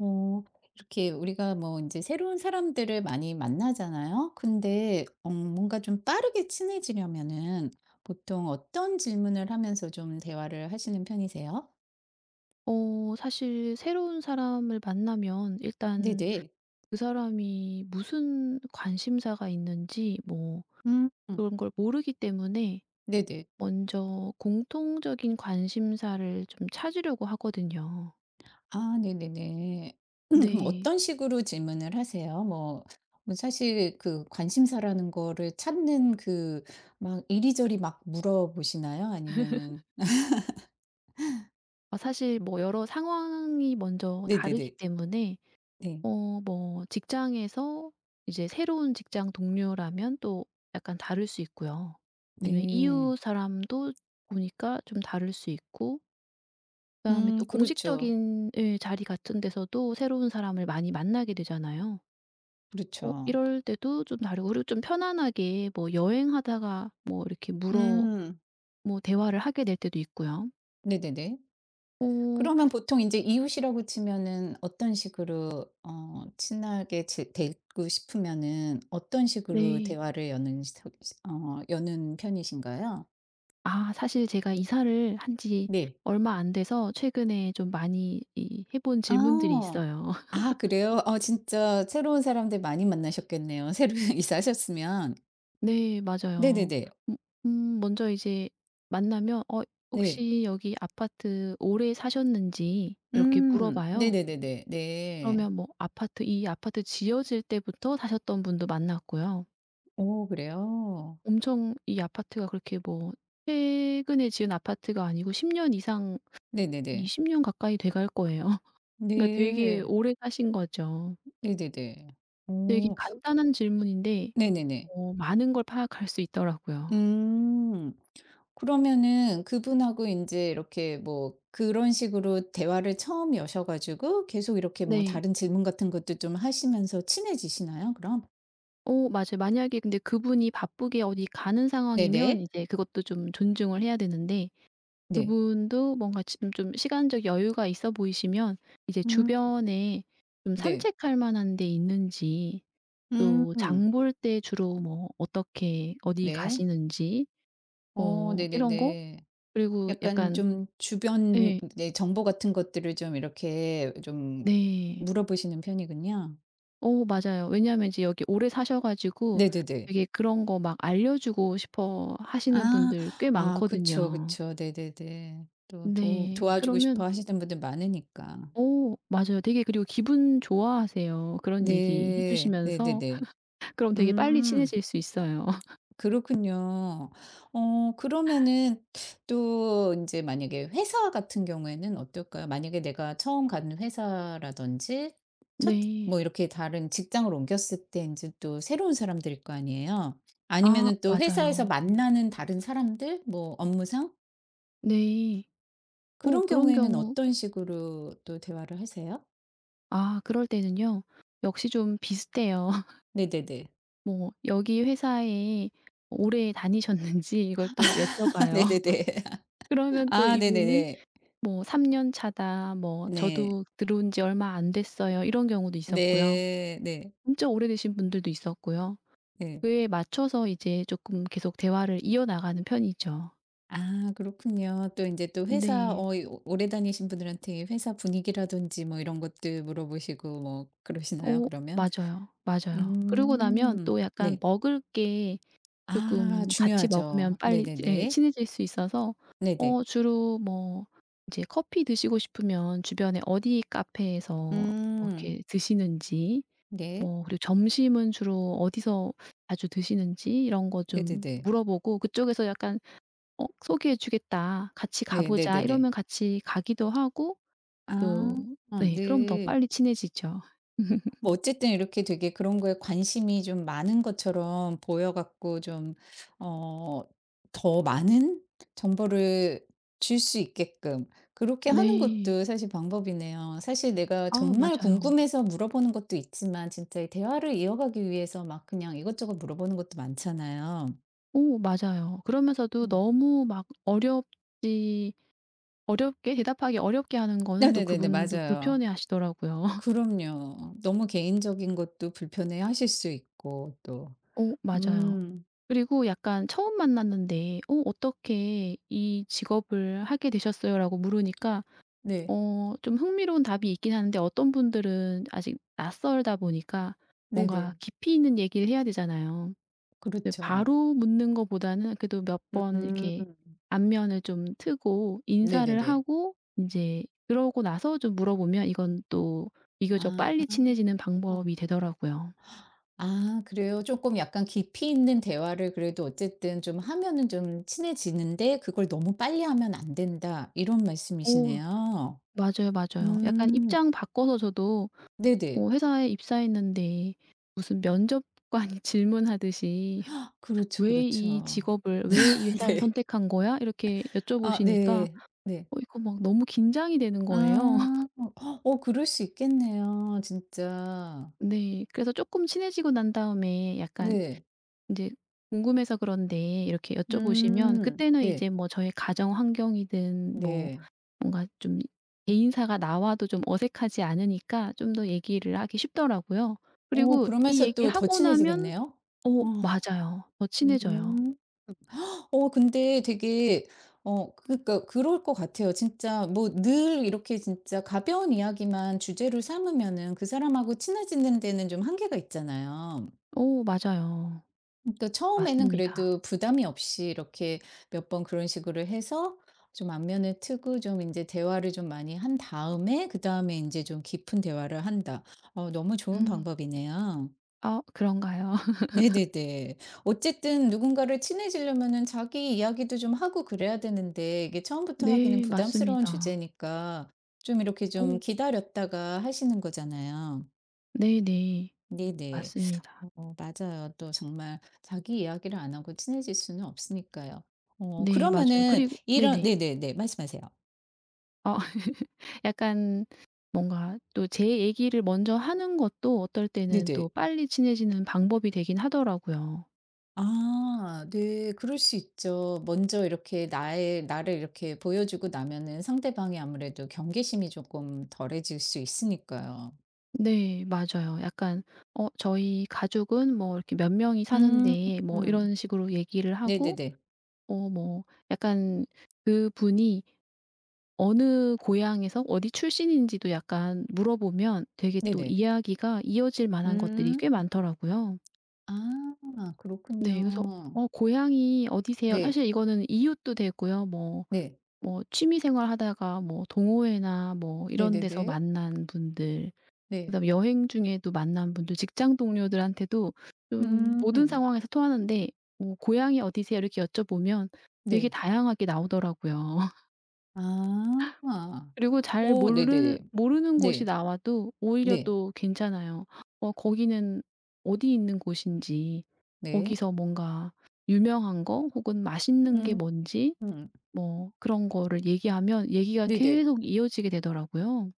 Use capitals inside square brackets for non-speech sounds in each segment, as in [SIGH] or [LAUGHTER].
어 이렇게 우리가 뭐 이제 새로운 사람들을 많이 만나잖아요. 근데 뭔가 좀 빠르게 친해지려면은 보통 어떤 질문을 하면서 좀 대화를 하시는 편이세요? 어 사실 새로운 사람을 만나면 일단 네네. 그 사람이 무슨 관심사가 있는지 뭐 음. 음. 그런 걸 모르기 때문에 네네. 먼저 공통적인 관심사를 좀 찾으려고 하거든요. 아, 네네네. 그럼 네. 어떤 식으로 질문을 하세요? 뭐 뭐 사실 그 관심사라는 거를 찾는 그 막 이리저리 막 물어보시나요? 아니면은 아 사실 뭐 여러 상황이 먼저 다르기 네네네. 때문에 네. 어 뭐 직장에서 이제 새로운 직장 동료라면 또 약간 다를 수 있고요. 아니면 네. 이웃 사람도 보니까 좀 다를 수 있고, 그다음에 또 그렇죠. 공식적인 예 자리 같은 데서도 새로운 사람을 많이 만나게 되잖아요. 뭐 그렇죠. 이럴 때도 좀 다르고, 그리고 좀 편안하게 뭐 여행하다가 뭐 이렇게 물어 음. 뭐 대화를 하게 될 때도 있고요. 네네네. 어 그러면 보통 인제 이웃이라고 치면은 어떤 식으로 친하게 지고 싶으면은 어떤 식으로 네. 대화를 여는 시 어 여는 편이신가요? 아 사실 제가 이사를 한 지 네. 얼마 안 돼서 최근에 좀 많이 이 해본 질문들이 아. 있어요. [LAUGHS] 아, 그래요? 진짜 새로운 사람들 많이 만나셨겠네요, [LAUGHS] 새로 이사하셨으면. 네 맞아요. 네네네. 음 먼저 이제 만나면 "어 네. 혹시 여기 아파트 오래 사셨는지." 이렇게 음. 물어봐요. 네네네네. 네. 그러면 뭐 아파트 이 아파트 지어질 때부터 사셨던 분도 만났고요. 오, 그래요? 엄청 이 아파트가 그렇게 뭐 최근에 지은 아파트가 아니고 10년 이상 네네네. 20년 가까이 돼갈 거예요. [LAUGHS] 그러니까 되게 네. 오래 사신 거죠. 네네네. 되게 오. 간단한 질문인데 네네네. 어 많은 걸 파악할 수 있더라고요. 음. 그러면은 그분하고 인제 이렇게 뭐 그런 식으로 대화를 처음 여셔 가지고 계속 이렇게 뭐 네. 다른 질문 같은 것도 좀 하시면서 친해지시나요 그럼? 어 맞아요. 만약에 근데 그분이 바쁘게 어디 가는 상황이면 네네. 이제 그것도 좀 존중을 해야 되는데, 네. 그분도 뭔가 지금 좀 시간적 여유가 있어 보이시면 이제 음. 주변에 좀 네. 산책할 만한 데 있는지, 또 음. 장 볼 때 주로 뭐 어떻게 어디 네. 가시는지, 어, 뭐 이런 거 네네네. 그리고 약간 약간 좀 주변 예. 네 정보 같은 것들을 좀 이렇게 좀 네. 물어보시는 편이군요. 어 맞아요. 왜냐하면 이제 여기 오래 사셔 가지고 네네네. 되게 그런 거 막 알려주고 싶어 하시는 아. 분들 꽤 아, 그쵸, 많거든요. 그쵸. 네네네. 또 도 네. 도와주고 싶어 그러면 하시는 분들 많으니까. 어 맞아요. 되게 그리고 기분 좋아하세요. 그런 얘기 해 네. 주시면서 네네네. 그럼 되게 빨리 음. 친해질 수 있어요. [LAUGHS] 그렇군요. 그러면은 또 이제 만약에 회사 같은 경우에는 어떨까요? 만약에 내가 처음 가는 회사라든지 첫 네. 뭐 이렇게 다른 직장을 옮겼을 때 이제 또 새로운 사람들일 거 아니에요. 아 아니면은 또 회사에서 맞아요. 만나는 다른 사람들 뭐 업무상? 네. 어 그런 그런 경우에는 경우 어떤 식으로 또 대화를 하세요? 아 그럴 때는요. 역시 좀 비슷해요. [LAUGHS] 네네네. 뭐 여기 회사에 오래 다니셨는지 이걸 또 [LAUGHS] 여쭤봐요. [LAUGHS] 네네네. 그러면 또 아, 이분은 네네네. 뭐 "3 년 차다." 뭐 네. "저도 들어온 지 얼마 안 됐어요." 이런 경우도 있었고요. 네. 네. 진짜 오래되신 분들도 있었고요. 네. 그에 맞춰서 이제 조금 계속 대화를 이어나가는 편이죠. 아, 그렇군요. 또 이제 또 회사 네. 이 오 오래 다니신 분들한테 회사 분위기라든지 뭐 이런 것들 물어보시고 뭐 그러시나요 어 그러면? 맞아요, 맞아요. 그러고 나면 음. 또 약간 네. 먹을 게 아, 쪼끔 같이 먹으면 중요하죠. 빨리 예 네네네. 친해질 수 있어서, 네네. 어 주로 뭐 인제 커피 드시고 싶으면 주변에 어디 카페에서 뭐 음. 이렇게 드시는지, 네. 뭐 그리고 점심은 주로 어디서 자주 드시는지 이런 거 좀 네네네. 물어보고, 그쪽에서 약간 "어 소개해 주겠다. 같이 가 네 보자." 네네네. 이러면 같이 가기도 하고 아. 또 어, 네 그럼 더 네. 빨리 친해지죠. [LAUGHS] 뭐 어쨌든 이렇게 되게 그런 거에 관심이 좀 많은 것처럼 보여 갖고 좀 어 더 많은 정보를 줄 수 있게끔 그렇게 하는 네. 것도 사실 방법이네요. 사실 내가 아 정말 맞아요. 궁금해서 물어보는 것도 있지만 진짜 이 대화를 이어가기 위해서 막 그냥 이것저것 물어보는 것도 많잖아요. 오 맞아요. 그러면서도 음. 너무 막 어렵지 어렵게 대답하기 어렵게 하는 거는 또 네네네네. 그분도 맞아요. 불편해하시더라고요. [LAUGHS] 그럼요. 너무 개인적인 것도 불편해하실 수 있고 또. 오 맞아요. 음. 그리고 약간 처음 만났는데 "어 어떻게 이 직업을 하게 되셨어요?"라고 물으니까 네. 어 좀 흥미로운 답이 있긴 하는데, 어떤 분들은 아직 낯설다 보니까 뭔가 네네. 깊이 있는 얘기를 해야 되잖아요. 네 그렇죠. 바로 묻는 거보다는 그래도 몇 번 음. 이렇게 안면을 좀 트고 인사를 네네네. 하고 인제 그러고 나서 좀 물어보면 이건 또 비교적 아. 빨리 친해지는 방법이 되더라고요. 아, 그래요? 쪼끔 약간 깊이 있는 대화를 그래도 어쨌든 좀 하면은 좀 친해지는데 그걸 너무 빨리 하면 안 된다 이런 어 말씀이시네요. 맞아요, 맞아요. 약간 음. 입장 바꿔서 저도 네네. 뭐 회사에 입사했는데 무슨 면접관 [LAUGHS] 질문하듯이 그렇죠, "왜 이 그렇죠. 직업을 왜 이 [LAUGHS] 회사를 네. 선택한 거야?" 이렇게 아, 여쭤보시니까 네. 네. 어 이거 막 너무 긴장이 되는 거예요. 아. 그럴 수 있겠네요 진짜. 네. 그래서 쪼끔 친해지고 난 다음에 약간 네. 인제 궁금해서 그런데 이렇게 여쭤보시면 음. 그때는 네. 이제 뭐 저의 가정 환경이든 뭐 네. 뭔가 좀 개인사가 나와도 좀 어색하지 않으니까 좀 더 얘기를 하기 쉽더라고요. 그리고 이 그러면서 또 더 얘기하고 나면 친해지겠네요? "어 어. 맞아요." 더 친해져요. 음. 근데 되게 그니까 그럴 것 같아요. 진짜 뭐 늘 이렇게 진짜 가벼운 이야기만 주제로 삼으면은 그 사람하고 친해지는 데는 좀 한계가 있잖아요. "어 맞아요. 그러니까 처음에는 맞습니다." 그래도 부담이 없이 이렇게 몇 번 그런 식으로 해서 좀 안면을 트고 좀 이제 대화를 좀 많이 한 다음에 그다음에 이제 좀 깊은 대화를 한다. 너무 좋은 음. 방법이네요. "아 그런가요?" [LAUGHS] 네네네. 어쨌든 누군가를 친해지려면은 자기 이야기도 좀 하고 그래야 되는데 이게 처음부터 하기는 "네. 부담스러운 맞습니다." 주제니까 좀 이렇게 좀 "어 기다렸다가 하시는 거잖아요. 네네. 네네. 맞습니다." 맞아요. 또 정말 자기 이야기를 안 하고 친해질 수는 없으니까요. "네. 맞아요." 그러면은 그리고 이런 네네. 네네네. 말씀하세요. 어 [LAUGHS] 약간 뭔가 또 제 얘기를 먼저 하는 것도 어떨 때는 네네. 또 빨리 친해지는 방법이 되긴 하더라고요. 아, 네. 그럴 수 있죠. 먼저 이렇게 나의 나를 이렇게 보여주고 나면은 상대방이 아무래도 경계심이 조금 덜해질 수 있으니까요. 네 맞아요. 약간 "어 저희 가족은 뭐 이렇게 몇 명이 음. 사는데" 뭐 음. 이런 식으로 얘기를 하고 네네네. 어 뭐 약간 그분이 어느 고향에서 어디 출신인지도 약간 물어보면 되게 또 네네. 이야기가 이어질 만한 것들이 음. 꽤 많더라고요. 아, 네 그래서 그렇군요. "어 고향이 어디세요?" 네. 사실 이거는 이웃도 되고요. 뭐 네. 뭐 취미생활 하다가 뭐 동호회나 뭐 이런 데서 네네네. 만난 분들, 네. 그다음에 여행 중에도 만난 분들 직장 동료들한테도 좀 모든 음. 상황에서 통하는데, 뭐 "고향이 어디세요?" 이렇게 여쭤보면 되게 네. 다양하게 나오더라고요. [LAUGHS] 아. 그리고 잘 오, 모르 네네네. 모르는 곳이 네. 나와도 오히려 네. 또 괜찮아요. 어 거기는 어디 있는 곳인지, 네. 거기서 뭔가 유명한 거 혹은 맛있는 게 음. 뭔지, 음. 뭐 그런 거를 얘기하면 얘기가 네네. 계속 이어지게 되더라고요.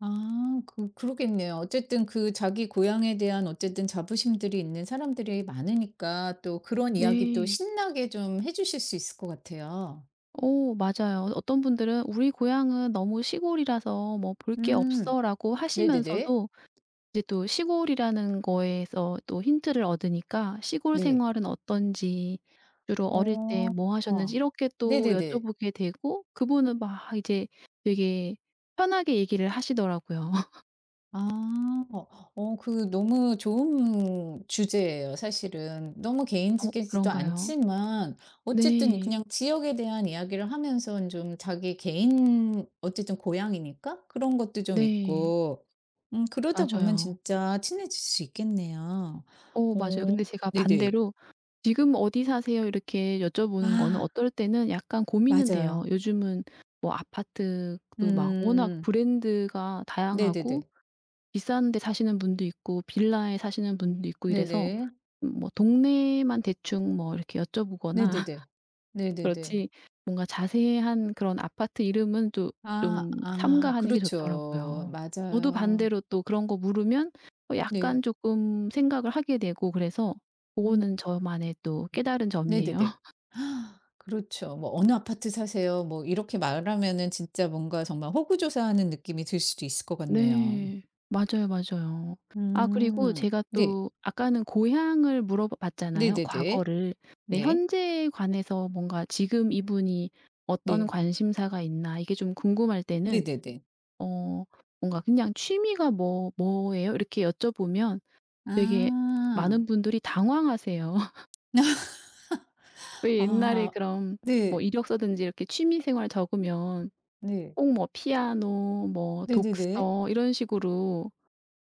아, 그 그러겠네요. 어쨌든 그 자기 고향에 대한 어쨌든 자부심들이 있는 사람들이 많으니까 또 그런 이야기 또 네. 신나게 좀 해 주실 수 있을 것 같아요. 어 맞아요. 어, 어떤 분들은 "우리 고향은 너무 시골이라서 뭐 볼 게 음 없어."라고 네네네. 하시면서도 이제 또 시골이라는 거에서 또 힌트를 얻으니까 시골 네. 생활은 어떤지, 주로 어릴 때 어. 뭐 하셨는지 어. 이렇게 또 네네네. 여쭤보게 되고, 그분은 막 이제 되게 편하게 얘기를 하시더라고요. [LAUGHS] 아. 어 너무 좋은 주제예요 사실은. 너무 어 개인적이지도 그런가요? 않지만 어쨌든 네. 그냥 지역에 대한 이야기를 하면서 좀 자기 개인 어쨌든 고향이니까 그런 것도 좀 네. 있고 그러다 보면 맞아요. 진짜 친해질 수 있겠네요. 어 맞아요. 어, 근데 제가 네네. 반대로 "지금 어디 사세요?" 이렇게 여쭤보는 거는 아, 어떨 때는 약간 고민은 돼요. 맞아요. 요즘은 뭐 아파트도 막 워낙 음. 브랜드가 네네네. 다양하고 비싼 데 사시는 분도 있고 빌라에 사시는 분도 있고 이래서, 네네. 뭐 동네만 대충 뭐 이렇게 여쭤보거나 네네네. 네네네. 그렇지, 뭔가 자세한 그런 아파트 이름은 또 아, 좀 아, 삼가하는 게 그렇죠. 좋더라고요. 저도 맞아요. 반대로 또 그런 거 물으면 어 네. 약간 조금 생각을 하게 되고, 그래서 음. 고거는 저만의 또 깨달은 점이에요. 네네네. [LAUGHS] 그렇죠. 뭐 "어느 아파트 사세요?" 뭐 이렇게 말하면은 진짜 뭔가 정말 호구조사하는 느낌이 들 수도 있을 것 같네요. 네. 맞아요, 맞아요. 아 그리고 음. 제가 네. 또 아까는 고향을 물어봐 봤잖아요, 네네네. 과거를. 네 네. 현재에 관해서 뭔가 지금 이분이 어떤 네. 관심사가 있나 이게 좀 궁금할 때는 네네네. 어 뭔가 그냥 "취미가 뭐예요?" 이렇게 여쭤보면 되게 아. 많은 분들이 당황하세요. [LAUGHS] 왜 옛날에 아. 그럼 뭐 네. 이력서든지 이렇게 취미 생활 적으면 네. 꼭 뭐 피아노 뭐 네네네. 독서 이런 식으로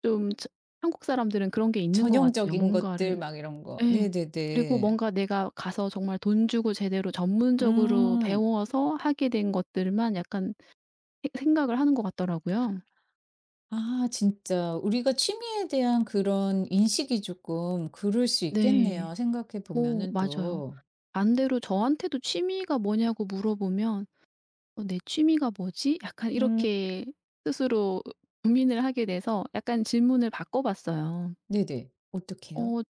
좀 저 한국 사람들은 그런 게 있는 것 같아요. 전형적인 것들 뭔가를 막 이런 거. 예. 그리고 네네네. 뭔가 내가 가서 정말 돈 주고 제대로 전문적으로 음. 배워서 하게 된 것들만 약간 생 생각을 하는 것 같더라고요. 아, 진짜 우리가 취미에 대한 그런 인식이 조금 그럴 수 네. 있겠네요, 생각해 오 보면은 맞아요. 또. 반대로 저한테도 취미가 뭐냐고 물어보면 '어 내 취미가 뭐지?' 약간 음. 이렇게 스스로 고민을 하게 돼서 약간 질문을 바꿔 봤어요. 네네. 어떡해요? 어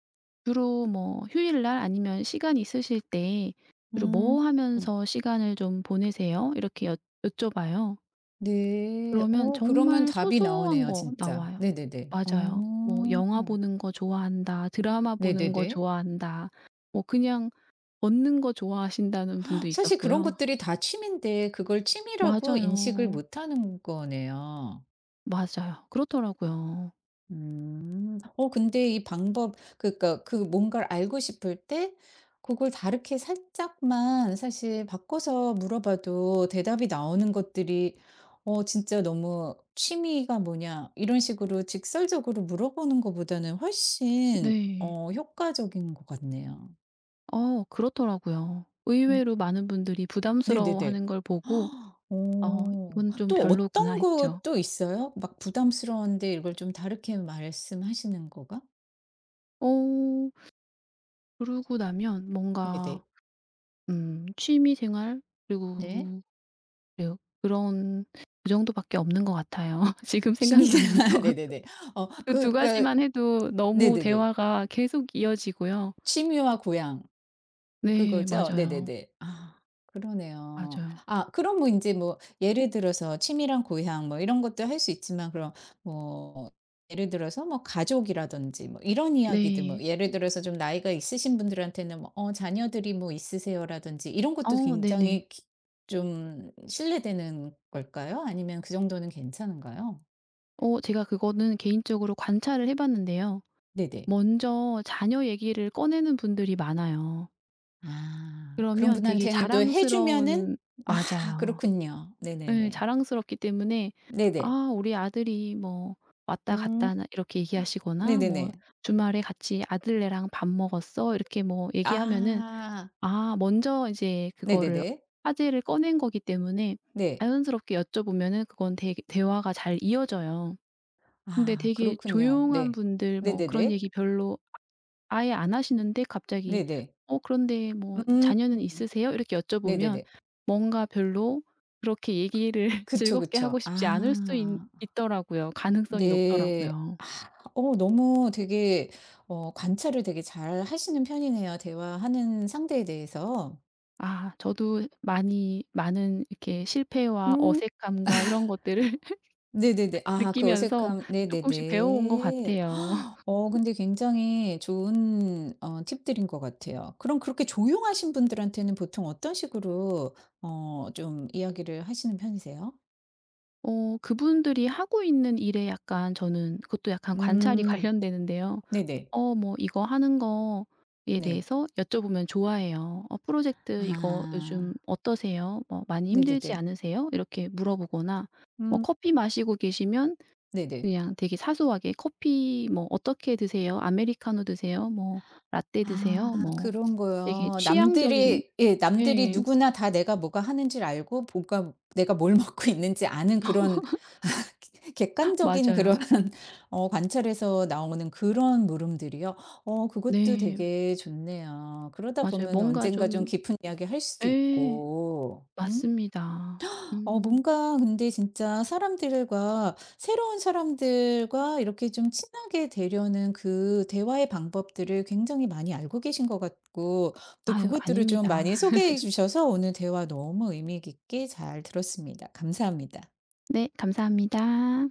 주로 뭐 "휴일날 아니면 시간 있으실 때 주로 음. 뭐 음. 하면서 시간을 좀 보내세요?" 이렇게 여 여쭤봐요. 네. 그러면 그러면 정말 답이 소소한 나오네요, 거 진짜. 나와요. 네네네. 맞아요. 뭐 어. "영화 보는 거 좋아한다." "드라마 보는 네네네. 거 좋아한다." 뭐 그냥 걷는 거 좋아하신다는 분도 사실 그런 있었고요. 것들이 다 취미인데 그걸 취미라고 인식을 맞아요. 못 하는 거네요. 맞아요. 그렇더라고요. 음. 근데 이 방법 그니까 그 뭔가를 알고 싶을 때 그걸 다르게 살짝만 사실 바꿔서 물어봐도 대답이 나오는 것들이 진짜 너무 "취미가 뭐냐?" 이런 식으로 직설적으로 물어보는 것보다는 훨씬 네. 효과적인 것 같네요. 어 그렇더라고요. 음 의외로 많은 분들이 네네네. 부담스러워하는 걸 보고 헉, '어 오. 이건 좀 또 별로구나.' 어떤 했죠. 것도 있어요? 막 부담스러운데 이걸 좀 다르게 말씀하시는 거가? 어 그러고 나면 뭔가 네네. 취미 생활 네. 그리고 그래요. 그런 그 정도밖에 없는 것 같아요. [LAUGHS] 지금 취미가 생각나는 [LAUGHS] 건. 네네네. 어 그 두 그 그 가지만 해도 너무 네네네. 대화가 계속 이어지고요. 취미와 고향 네 그거죠? 맞아요. 네네네. 아, 그러네요. 맞아요. 아, 그럼 뭐 이제 뭐 예를 들어서 취미랑 고향 뭐 이런 것도 할 수 있지만 그럼 뭐 예를 들어서 뭐 가족이라든지 뭐 이런 이야기들 뭐 네. 예를 들어서 좀 나이가 있으신 분들한테는 뭐 "어 자녀들이 뭐 있으세요?"라든지 이런 것도 어 네네. 굉장히 기 좀 실례되는 걸까요? 아니면 그 정도는 괜찮은가요? 어 제가 그거는 개인적으로 관찰을 해 봤는데요. 네네. 먼저 자녀 얘기를 꺼내는 분들이 많아요. 아. 그런 그러면 되게 분한테는 또 해 주면은 자랑스러운 아, 맞아요. 그렇군요. 네, 네네네. 자랑스럽기 때문에 네네. "아 우리 아들이 뭐 왔다 음. 갔다 나." 이렇게 얘기하시거나 네네네. 뭐 "주말에 같이 아들네랑 밥 먹었어." 이렇게 뭐 얘기하면은 아. 아 먼저 이제 그거를 네네네. 화제를 꺼낸 거기 때문에 네. 자연스럽게 여쭤보면은 그건 대 대화가 잘 이어져요. 근데 아, 되게 그렇군요. 조용한 네. 분들 뭐 그런 네네네. 얘기 별로 아예 안 하시는데 갑자기 네네. "어 그런데 뭐 음. 자녀는 있으세요?" 이렇게 여쭤보면 네네네. 뭔가 별로 그렇게 얘기를 [LAUGHS] 그쵸, 즐겁게 그쵸. 하고 싶지 않을 수 있 아. 있더라고요. 가능성이 네. 높더라고요. 아. 너무 되게 관찰을 되게 잘하시는 편이네요, 대화하는 상대에 대해서. 아 저도 많이 많은 이렇게 실패와 음. 어색함과 이런 것들을 [LAUGHS] 네네네. 아, 그 느끼면서 어색함 쪼끔씩 배워온 것 네네네. 같아요. [GASPS] 근데 굉장히 좋은 팁들인 것 같아요. 그럼 그렇게 조용하신 분들한테는 보통 어떤 식으로 좀 이야기를 하시는 편이세요? 어 그분들이 하고 있는 일에 약간 저는 그것도 약간 관찰이 음. [LAUGHS] 관련되는데요. 네네. 어 뭐 "이거 하는 거에 네. 대해서 여쭤보면 좋아해요. '어 프로젝트 이거 요즘 아. 어떠세요? 뭐 많이 힘들지 네네네. 않으세요?' 이렇게 물어보거나 뭐 음. 커피 마시고 계시면 네네. 그냥 되게 사소하게 "커피 뭐 어떻게 드세요? 아메리카노 드세요? 뭐 라떼 아, 드세요?" 뭐 그런 되게 거요. 취향적인 남들이 예 남들이 예. 누구나 다 내가 뭐가 하는지를 알고 뭔가 내가 뭘 [LAUGHS] 먹고 있는지 아는 그런 [LAUGHS] 객관적인 그런 맞아요. [LAUGHS] 관찰에서 나오는 그런 물음들이요? 어, 그것도 네. 되게 좋네요. 그러다 맞아요. 보면은 뭔가 언젠가 좀 좀 깊은 이야기 할 수도 예. 있고. 음. 맞습니다. 음. 뭔가 근데 진짜 사람들과 새로운 사람들과 이렇게 좀 친하게 되려는 그 대화의 방법들을 굉장히 많이 알고 계신 것 같고 또 아유 그것들을 좀 아닙니다. 많이 [LAUGHS] 소개해 주셔서 오늘 대화 너무 의미 깊게 잘 들었습니다. 감사합니다. 네. 감사합니다.